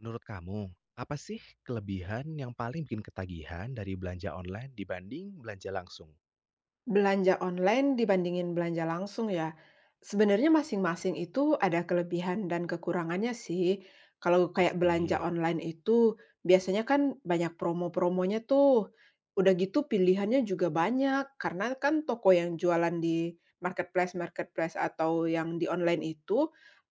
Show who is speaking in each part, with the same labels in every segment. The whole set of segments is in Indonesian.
Speaker 1: Menurut kamu, apa sih kelebihan yang paling bikin ketagihan dari belanja online dibanding belanja langsung?
Speaker 2: Belanja online dibandingin belanja langsung ya, sebenarnya masing-masing itu ada kelebihan dan kekurangannya sih. Kalau kayak belanja
Speaker 1: Pasti.
Speaker 2: online itu biasanya kan banyak promo-promonya tuh. Udah gitu pilihannya juga banyak karena kan toko yang jualan di marketplace-marketplace atau yang di online itu,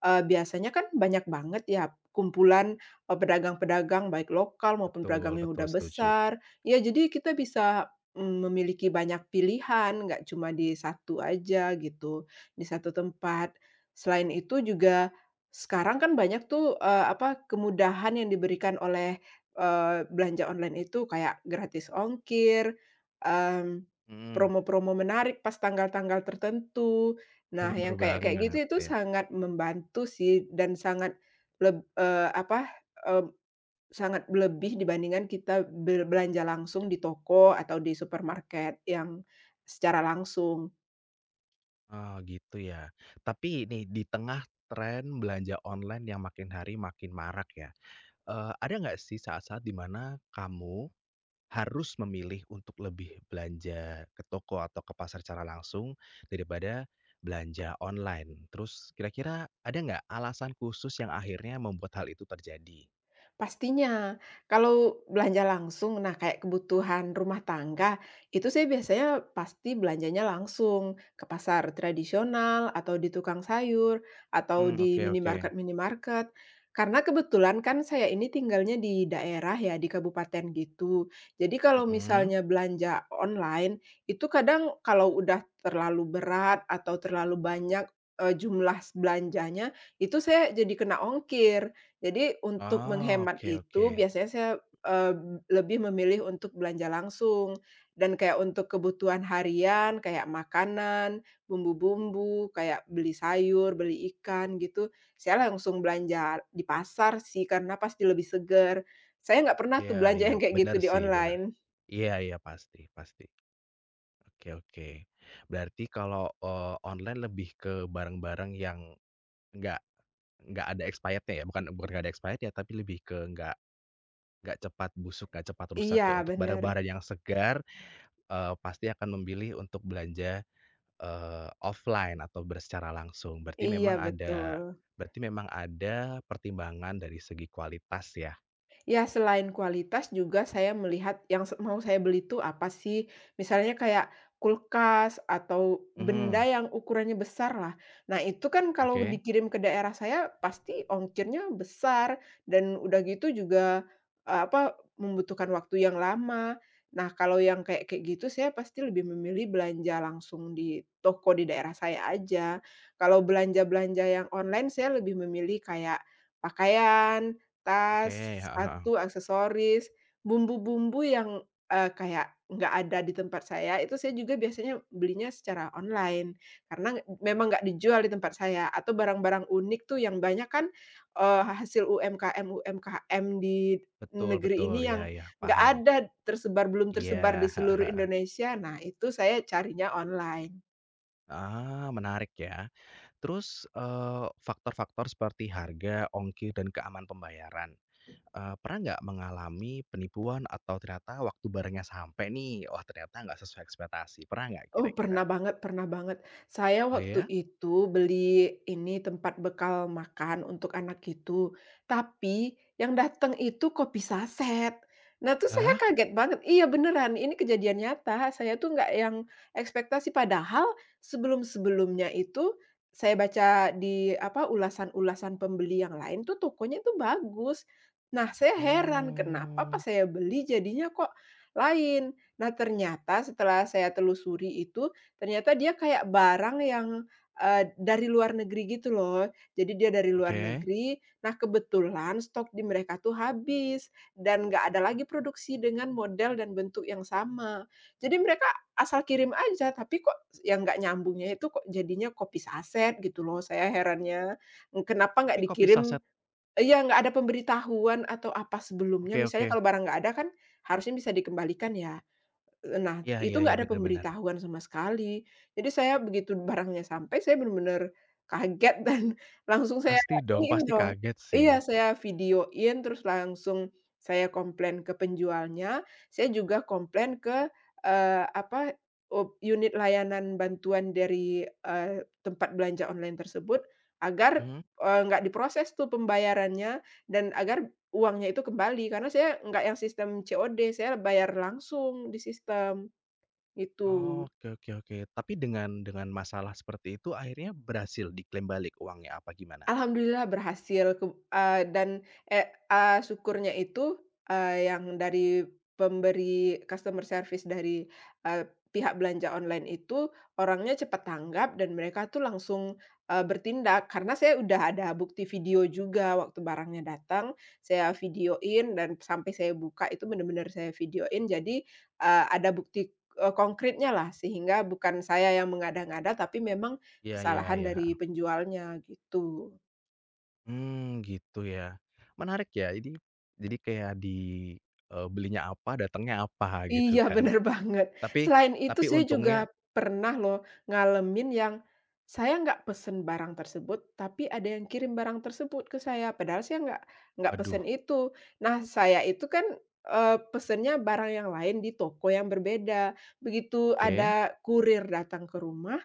Speaker 2: biasanya kan banyak banget ya kumpulan, pedagang-pedagang baik lokal maupun pedagang
Speaker 1: Betul,
Speaker 2: yang
Speaker 1: betul
Speaker 2: udah
Speaker 1: setuju.
Speaker 2: besar. Ya jadi kita bisa, memiliki banyak pilihan, nggak cuma di satu aja gitu, di satu tempat. Selain itu juga sekarang kan banyak tuh, kemudahan yang diberikan oleh, belanja online itu kayak gratis ongkir, mmm,
Speaker 1: Mhm,
Speaker 2: promo-promo menarik pas tanggal-tanggal tertentu. Nah,
Speaker 1: bener
Speaker 2: yang kayak kayak gitu
Speaker 1: banget,
Speaker 2: itu
Speaker 1: ya.
Speaker 2: sangat membantu sih dan sangat leb eee, apa, eee, sangat lebih dibandingkan kita berbelanja langsung di toko atau di supermarket yang secara langsung.
Speaker 1: Oh, gitu ya. Tapi nih, di tengah tren belanja online yang makin hari makin marak ya, ada nggak sih saat-saat di mana kamu harus memilih untuk lebih belanja ke toko atau ke pasar secara langsung daripada belanja online. Terus kira-kira ada nggak alasan khusus yang akhirnya membuat hal itu terjadi?
Speaker 2: Pastinya, kalau belanja langsung, nah kayak kebutuhan rumah tangga, itu saya biasanya pasti belanjanya langsung ke pasar tradisional atau di tukang sayur atau
Speaker 1: Mmm,
Speaker 2: di
Speaker 1: oke oke.
Speaker 2: minimarket-minimarket. Karena kebetulan kan saya ini tinggalnya di daerah ya, di kabupaten gitu. Jadi kalau
Speaker 1: Mhm.
Speaker 2: misalnya belanja online, itu kadang kalau udah terlalu berat atau terlalu banyak, jumlah belanjanya, itu saya jadi kena ongkir. Jadi untuk
Speaker 1: Oh,
Speaker 2: menghemat
Speaker 1: oke oke.
Speaker 2: itu biasanya saya, eee, lebih memilih untuk belanja langsung dan kayak untuk kebutuhan harian kayak makanan, bumbu-bumbu, kayak beli sayur, beli ikan gitu, saya langsung belanja di pasar sih karena pasti lebih seger. Saya nggak pernah tuh
Speaker 1: Iya
Speaker 2: belanja
Speaker 1: iya,
Speaker 2: yang kayak gitu
Speaker 1: benar
Speaker 2: di
Speaker 1: sih, benar.
Speaker 2: online.
Speaker 1: Iya iya, pasti pasti. Oke oke. Berarti kalau, online lebih ke barang-barang yang nggak nggak ada expirednya ya? Bukan bukan nggak ada expired ya, tapi lebih ke nggak cepat busuk, nggak cepat rusak ya.
Speaker 2: Iya
Speaker 1: Untuk
Speaker 2: bener.
Speaker 1: barang-barang yang segar, pasti akan memilih untuk belanja offline atau bersecara langsung. Berarti
Speaker 2: Iya
Speaker 1: memang ada,
Speaker 2: betul.
Speaker 1: berarti memang ada pertimbangan dari segi kualitas ya?
Speaker 2: Ya, selain kualitas juga saya melihat yang se mau saya beli itu apa sih, misalnya kayak kulkas atau benda
Speaker 1: Mhm,
Speaker 2: yang ukurannya besar lah. Nah, itu kan kalau
Speaker 1: oke
Speaker 2: dikirim ke daerah saya pasti ongkirnya besar dan udah gitu juga, membutuhkan waktu yang lama. Nah, kalau yang kayak kayak gitu saya pasti lebih memilih belanja langsung di toko di daerah saya aja. Kalau belanja-belanja yang online saya lebih memilih kayak pakaian,
Speaker 1: oke,
Speaker 2: tas,
Speaker 1: heeh heeh.
Speaker 2: sepatu, aksesoris, bumbu-bumbu yang, kayak nggak ada di tempat saya, itu saya juga biasanya belinya secara online, karena nge memang nggak dijual di tempat saya, atau barang-barang unik tuh yang banyak kan, hasil UMKM-UMKM di
Speaker 1: Betul
Speaker 2: negeri
Speaker 1: betul,
Speaker 2: ini
Speaker 1: ya.
Speaker 2: yang
Speaker 1: Ya
Speaker 2: nggak
Speaker 1: paham.
Speaker 2: ada tersebar belum
Speaker 1: Iya,
Speaker 2: tersebar di
Speaker 1: heeh
Speaker 2: seluruh
Speaker 1: heeh.
Speaker 2: Indonesia. Nah, itu saya carinya online.
Speaker 1: Ah, menarik ya. Terus, faktor-faktor seperti harga, ongkir, dan keamanan pembayaran. Pernah nggak mengalami penipuan atau ternyata waktu barangnya sampai nih, wah ternyata nggak sesuai ekspektasi, pernah nggak
Speaker 2: Oh,
Speaker 1: kira-kira?
Speaker 2: pernah banget pernah banget. Saya
Speaker 1: Oh
Speaker 2: waktu
Speaker 1: ya?
Speaker 2: itu beli ini, tempat bekal makan untuk anak itu, tapi yang datang itu kopi saset. Nah, tuh saya
Speaker 1: Hah?
Speaker 2: kaget banget. Iya, beneran, ini kejadian nyata. Saya tuh nggak yang ekspektasi, padahal sebelum-sebelumnya itu saya baca di, apa, ulasan-ulasan pembeli yang lain tuh tokonya itu bagus. Nah, saya heran kenapa pas
Speaker 1: Oh.
Speaker 2: saya beli jadinya kok lain. Nah, ternyata setelah saya telusuri itu, ternyata dia kayak barang yang, dari luar negeri gitu loh. Jadi dia dari luar
Speaker 1: Oke.
Speaker 2: negeri, nah kebetulan stok di mereka tuh habis dan nggak ada lagi produksi dengan model dan bentuk yang sama. Jadi mereka asal kirim aja, tapi kok yang nggak nyambungnya itu kok jadinya kopi saset gitu loh, saya herannya. Kenapa nggak
Speaker 1: Tapi kopi
Speaker 2: dikirim?
Speaker 1: saset,
Speaker 2: Ya nggak ada pemberitahuan atau apa sebelumnya,
Speaker 1: oke
Speaker 2: misalnya
Speaker 1: oke.
Speaker 2: kalau barang nggak ada kan harusnya bisa dikembalikan ya, nah,
Speaker 1: Iya
Speaker 2: itu
Speaker 1: iya iya,
Speaker 2: nggak ada
Speaker 1: benar-benar.
Speaker 2: pemberitahuan sama sekali. Jadi saya begitu barangnya sampai, saya benar-benar kaget dan langsung saya
Speaker 1: Pasti dong,
Speaker 2: ini
Speaker 1: pasti
Speaker 2: dong,
Speaker 1: kaget sih.
Speaker 2: iya, saya videoin, terus langsung saya komplain ke penjualnya, saya juga komplain ke, eee, apa, up unit layanan bantuan dari, tempat belanja online tersebut agar,
Speaker 1: Mhm.
Speaker 2: nggak diproses tuh pembayarannya dan agar uangnya itu kembali, karena saya nggak yang sistem COD, saya bayar langsung di sistem,
Speaker 1: Oh,
Speaker 2: gitu.
Speaker 1: oke oke oke. Tapi dengan masalah seperti itu akhirnya berhasil diklaim balik uangnya, apa gimana?
Speaker 2: Alhamdulillah berhasil ke dan, eee eee, syukurnya itu, yang dari pemberi customer service dari, eee, pihak belanja online itu orangnya cepat tanggap dan mereka tuh langsung, bertindak. Karena saya udah ada bukti video juga waktu barangnya datang, saya videoin dan sampai saya buka itu benar-benar saya videoin. Jadi, ada bukti, konkritnya lah sehingga bukan saya yang mengada-ngada tapi memang
Speaker 1: Iya iya
Speaker 2: kesalahan
Speaker 1: iya.
Speaker 2: dari penjualnya gitu.
Speaker 1: Hmm, gitu ya. Menarik ya, ini jadi kayak di, belinya apa, datangnya apa gitu
Speaker 2: Iya,
Speaker 1: kan.
Speaker 2: bener banget.
Speaker 1: Tapi
Speaker 2: Selain itu
Speaker 1: tapi
Speaker 2: saya juga
Speaker 1: untungnya,
Speaker 2: pernah loh ngalamin yang saya nggak pesen barang tersebut, tapi ada yang kirim barang tersebut ke saya, padahal saya nggak
Speaker 1: waduh,
Speaker 2: pesen itu. Nah, saya itu kan, pesennya barang yang lain di toko yang berbeda. Begitu
Speaker 1: oke.
Speaker 2: ada kurir datang ke rumah,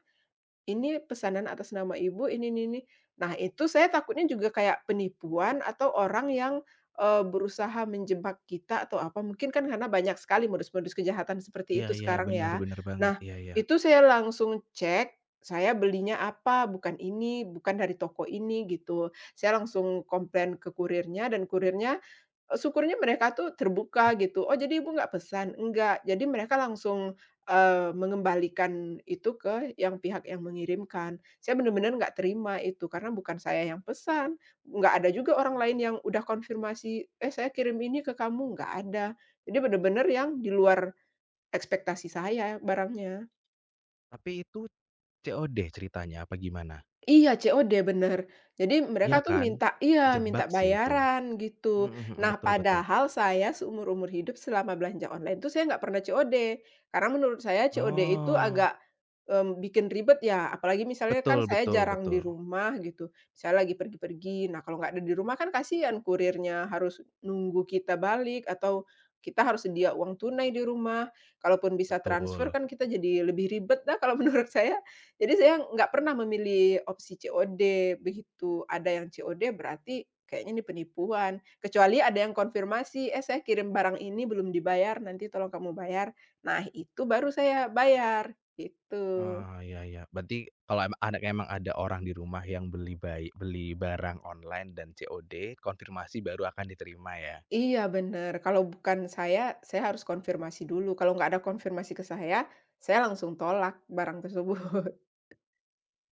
Speaker 2: ini pesanan atas nama ibu, ini ini. Nah, itu saya takutnya juga kayak penipuan atau orang yang, berusaha menjebak kita atau apa, mungkin kan karena banyak sekali modus-modus kejahatan seperti
Speaker 1: Iya
Speaker 2: itu
Speaker 1: iya,
Speaker 2: sekarang ya.
Speaker 1: benar-benar banget,
Speaker 2: Nah,
Speaker 1: iya iya.
Speaker 2: itu saya langsung cek, saya belinya apa, bukan ini, bukan dari toko ini gitu. Saya langsung komplain ke kurirnya dan kurirnya syukurnya mereka tuh terbuka gitu, "Oh jadi Ibu nggak pesan?" "Enggak." Jadi mereka langsung, mengembalikan itu ke yang pihak yang mengirimkan. Saya benar-benar nggak terima itu, karena bukan saya yang pesan, nggak ada juga orang lain yang udah konfirmasi, "Eh saya kirim ini ke kamu." Nggak ada. Jadi benar-benar yang di luar ekspektasi saya barangnya.
Speaker 1: Tapi itu COD ceritanya apa gimana?
Speaker 2: Iya, COD bener. Jadi
Speaker 1: Iya
Speaker 2: mereka tuh
Speaker 1: kan?
Speaker 2: minta iya, minta
Speaker 1: Jebak sih itu.
Speaker 2: bayaran gitu.
Speaker 1: Mhm mhm,
Speaker 2: Nah,
Speaker 1: betul betul.
Speaker 2: padahal saya seumur-umur hidup selama belanja online tuh saya nggak pernah COD. Karena menurut saya COD itu
Speaker 1: Oh,
Speaker 2: agak, bikin ribet ya, apalagi misalnya kan
Speaker 1: betul
Speaker 2: saya
Speaker 1: betul
Speaker 2: jarang di
Speaker 1: betul,
Speaker 2: rumah gitu, misalnya lagi pergi-pergi. Nah, kalau nggak ada di rumah kan kasihan kurirnya harus nunggu kita balik atau kita harus sedia uang tunai di rumah. Kalaupun bisa transfer
Speaker 1: betul.
Speaker 2: kan kita jadi lebih ribet dah kalau menurut saya. Jadi saya nggak pernah memilih opsi COD. Begitu ada yang COD berarti kayaknya ini penipuan, kecuali ada yang konfirmasi, "Eh, saya kirim barang ini belum dibayar, nanti tolong kamu bayar." Nah, itu baru saya bayar, gitu.
Speaker 1: Ah, iya iya. Berarti kalau em ada emang ada orang di rumah yang beli bayi beli barang online dan COD, konfirmasi baru akan diterima ya?
Speaker 2: Iya, bener, kalau bukan saya, saya harus konfirmasi dulu, kalau nggak ada konfirmasi ke saya langsung tolak barang tersebut.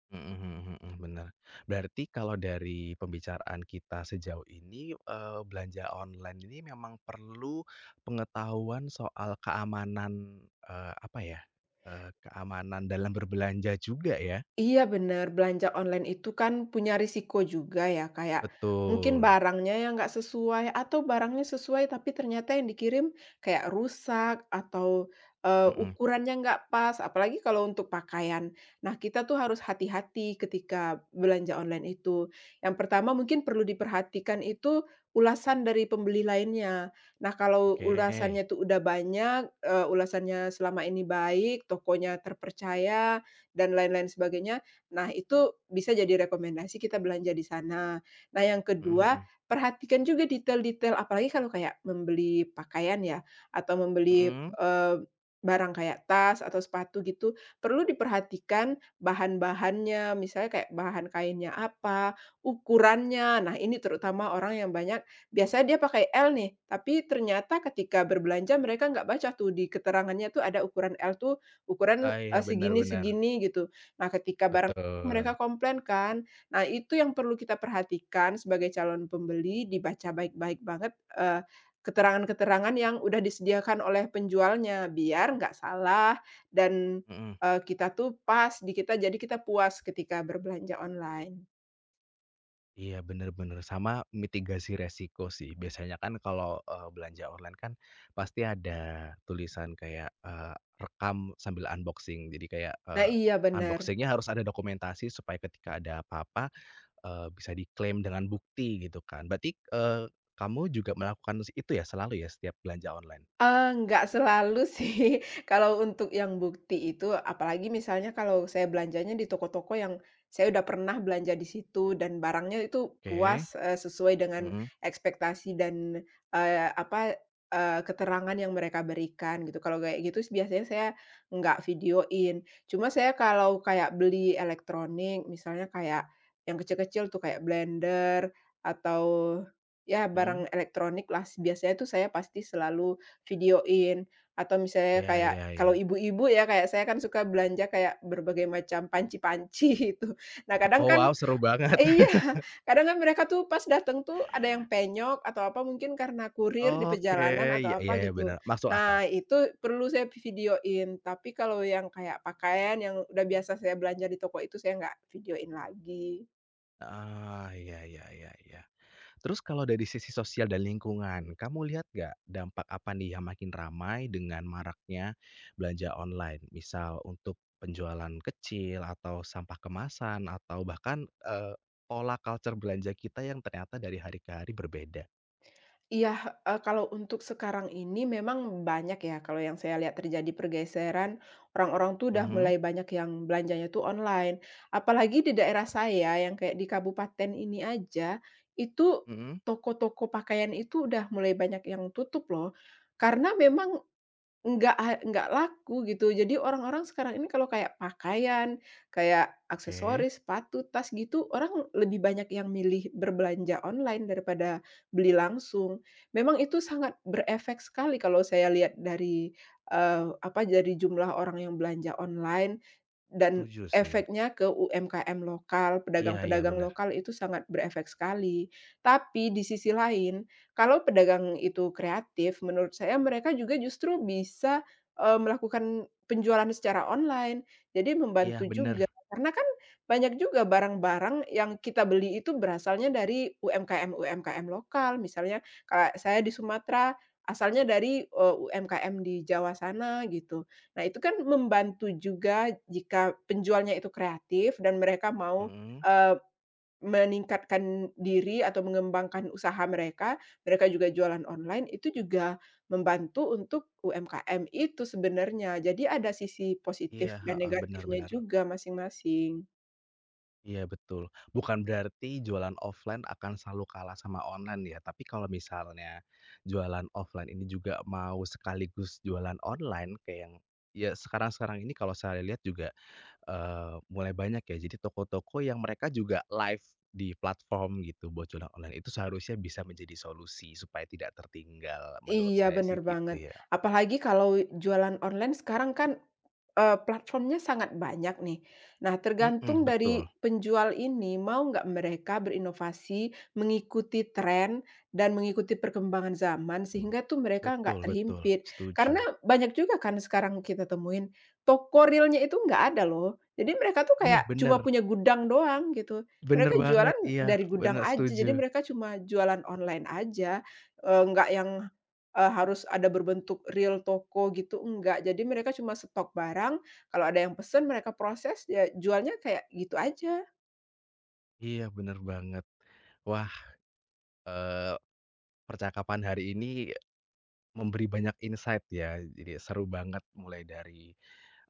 Speaker 1: Mhm mhm mhm, bener. Berarti kalau dari pembicaraan kita sejauh ini, belanja online ini memang perlu pengetahuan soal keamanan, apa ya, keamanan dalam berbelanja juga ya?
Speaker 2: Iya benar belanja online itu kan punya risiko juga ya, kayak mungkin
Speaker 1: Betul,
Speaker 2: barangnya yang nggak sesuai atau barangnya sesuai tapi ternyata yang dikirim kayak rusak atau
Speaker 1: mhm,
Speaker 2: ukurannya nggak pas, apalagi kalau untuk pakaian. Nah, kita tuh harus hati-hati ketika belanja online itu. Yang pertama mungkin perlu diperhatikan itu ulasan dari pembeli lainnya. Nah, kalau
Speaker 1: oke,
Speaker 2: ulasannya tuh udah banyak, ulasannya selama ini baik, tokonya terpercaya, dan lain-lain sebagainya. Nah, itu bisa jadi rekomendasi kita belanja di sana. Nah, yang
Speaker 1: mhm
Speaker 2: kedua,
Speaker 1: mhm,
Speaker 2: perhatikan juga detail-detail, apalagi kalau kayak membeli pakaian ya, atau membeli,
Speaker 1: mhm?
Speaker 2: eee, barang kayak tas atau sepatu gitu, perlu diperhatikan bahan-bahannya, misalnya kayak bahan kainnya apa, ukurannya. Nah, ini terutama orang yang banyak biasanya dia pakai L nih, tapi ternyata ketika berbelanja mereka nggak baca tuh di keterangannya tuh ada ukuran L tuh ukuran,
Speaker 1: Oh iya, benar-benar
Speaker 2: segini-segini gitu. Nah, ketika barang
Speaker 1: betul.
Speaker 2: mereka komplain kan. Nah, itu yang perlu kita perhatikan sebagai calon pembeli, dibaca baik-baik banget, keterangan-keterangan yang udah disediakan oleh penjualnya, biar nggak salah dan,
Speaker 1: Mhm.
Speaker 2: kita tuh pas di kita, jadi kita puas ketika berbelanja online.
Speaker 1: Iya, bener bener, sama mitigasi resiko sih. Biasanya kan kalau, belanja online kan pasti ada tulisan kayak, rekam sambil unboxing. Jadi kayak,
Speaker 2: Nah iya, benar.
Speaker 1: unboxing harus ada dokumentasi supaya ketika ada apa-apa, bisa diklaim dengan bukti gitu kan. Berarti, kamu juga melakukan itu ya selalu ya setiap belanja online?
Speaker 2: Nggak selalu sih, kalau untuk yang bukti itu, apalagi misalnya kalau saya belanjanya di toko-toko yang saya udah pernah belanja di situ dan barangnya itu
Speaker 1: Oke.
Speaker 2: puas, sesuai dengan
Speaker 1: Mhm
Speaker 2: ekspektasi dan, eee, apa, keterangan yang mereka berikan gitu. Kalau kayak gitu s biasanya saya nggak videoin. Cuma saya kalau kayak beli elektronik, misalnya kayak yang kecil-kecil tuh kayak blender atau ya
Speaker 1: mhm.
Speaker 2: barang elektronik lah, s biasanya tuh saya pasti selalu videoin atau misalnya
Speaker 1: Iya
Speaker 2: kayak
Speaker 1: iya
Speaker 2: kalau
Speaker 1: iya.
Speaker 2: ibu-ibu ya, kayak saya kan suka belanja kayak berbagai macam panci-panci itu. Nah, kadang
Speaker 1: Oh
Speaker 2: kan
Speaker 1: wow, seru banget.
Speaker 2: iya, kadang kan mereka tuh pas datang tuh ada yang penyok atau apa mungkin karena kurir di
Speaker 1: Oke,
Speaker 2: perjalanan atau
Speaker 1: iya iya
Speaker 2: apa
Speaker 1: iya,
Speaker 2: gitu.
Speaker 1: benar masuk akal.
Speaker 2: Nah, itu perlu saya videoin, tapi kalau yang kayak pakaian yang udah biasa saya belanja di toko itu saya nggak videoin lagi.
Speaker 1: Ah iya iya iya iya. Terus kalau dari sisi sosial dan lingkungan, kamu lihat nggak dampak apa nih yang makin ramai dengan maraknya belanja online? Misal untuk penjualan kecil atau sampah kemasan atau bahkan, pola culture belanja kita yang ternyata dari hari ke hari berbeda.
Speaker 2: Iya, kalau untuk sekarang ini memang banyak ya, kalau yang saya lihat terjadi pergeseran, orang-orang tuh udah
Speaker 1: Mhm,
Speaker 2: mulai banyak yang belanjanya tuh online. Apalagi di daerah saya yang kayak di kabupaten ini aja, itu
Speaker 1: mhm,
Speaker 2: toko-toko pakaian itu udah mulai banyak yang tutup loh. Karena memang nggak ha enggak laku gitu. Jadi orang-orang sekarang ini kalau kayak pakaian, kayak
Speaker 1: oke,
Speaker 2: aksesoris, sepatu, tas gitu, orang lebih banyak yang milih berbelanja online daripada beli langsung. Memang itu sangat berefek sekali kalau saya lihat dari, dari jumlah orang yang belanja online. Dan
Speaker 1: setuju sih.
Speaker 2: efeknya ke UMKM lokal,
Speaker 1: Iya iya,
Speaker 2: pedagang-pedagang
Speaker 1: benar.
Speaker 2: lokal itu sangat berefek sekali. Tapi di sisi lain, kalau pedagang itu kreatif, menurut saya mereka juga justru bisa, melakukan penjualan secara online. Jadi
Speaker 1: Iya,
Speaker 2: membantu juga,
Speaker 1: benar.
Speaker 2: karena kan banyak juga barang-barang yang kita beli itu berasalnya dari UMKM-UMKM lokal. Misalnya kalau saya di Sumatera, asalnya dari, UMKM di Jawa sana gitu. Nah, itu kan membantu juga jika penjualnya itu kreatif dan mereka mau,
Speaker 1: Mhm,
Speaker 2: eee, meningkatkan diri atau mengembangkan usaha mereka, mereka juga jualan online, itu juga membantu untuk UMKM itu sebenarnya. Jadi ada sisi positif
Speaker 1: iya,
Speaker 2: dan
Speaker 1: heeh, benar,
Speaker 2: negatifnya
Speaker 1: bener.
Speaker 2: juga masing-masing.
Speaker 1: Iya betul. Bukan berarti jualan offline akan selalu kalah sama online ya, tapi kalau misalnya jualan offline ini juga mau sekaligus jualan online kayak yang, ya sekarang-sekarang ini kalau saya lihat juga, mulai banyak ya. Jadi toko-toko yang mereka juga live di platform gitu buat jualan online, itu seharusnya bisa menjadi solusi supaya tidak tertinggal menurut
Speaker 2: Iya,
Speaker 1: saya
Speaker 2: bener
Speaker 1: sih
Speaker 2: banget.
Speaker 1: gitu ya.
Speaker 2: Apalagi kalau jualan online sekarang kan platformnya sangat banyak nih. Nah,
Speaker 1: Mhm,
Speaker 2: tergantung
Speaker 1: betul
Speaker 2: dari penjual ini mau nggak mereka berinovasi, mengikuti tren dan mengikuti perkembangan zaman sehingga tuh mereka nggak
Speaker 1: betul betul,
Speaker 2: terhimpit. Karena
Speaker 1: setuju.
Speaker 2: banyak juga kan sekarang kita temuin toko realnya itu nggak ada loh. Jadi mereka tuh
Speaker 1: Iya
Speaker 2: kayak
Speaker 1: bener,
Speaker 2: cuma punya gudang doang gitu.
Speaker 1: bener
Speaker 2: Mereka
Speaker 1: banget,
Speaker 2: jualan
Speaker 1: iya
Speaker 2: dari gudang
Speaker 1: bener
Speaker 2: aja,
Speaker 1: setuju.
Speaker 2: jadi mereka cuma jualan online aja, nggak yang harus ada berbentuk real toko gitu, enggak. Jadi mereka cuma stok barang, kalau ada yang pesen mereka proses, ya jualnya kayak gitu aja.
Speaker 1: Iya, bener banget. Wah, eee, percakapan hari ini memberi banyak insight ya, jadi seru banget mulai dari,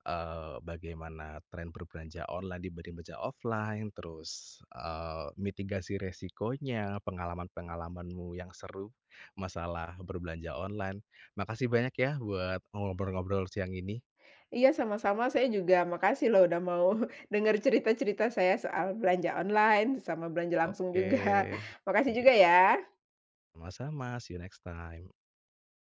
Speaker 1: bagaimana tren berbelanja online dibanding belanja offline, terus, mitigasi resikonya, pengalaman-pengalamanmu yang seru masalah berbelanja online. Makasih banyak ya buat ngobrol-ngobrol siang ini.
Speaker 2: Iya, sama-sama, saya juga makasih loh udah mau dengar cerita-cerita saya soal belanja online, sama belanja langsung
Speaker 1: Oke.
Speaker 2: juga. Makasih juga
Speaker 1: Iya,
Speaker 2: ya.
Speaker 1: sama-sama, see you next time.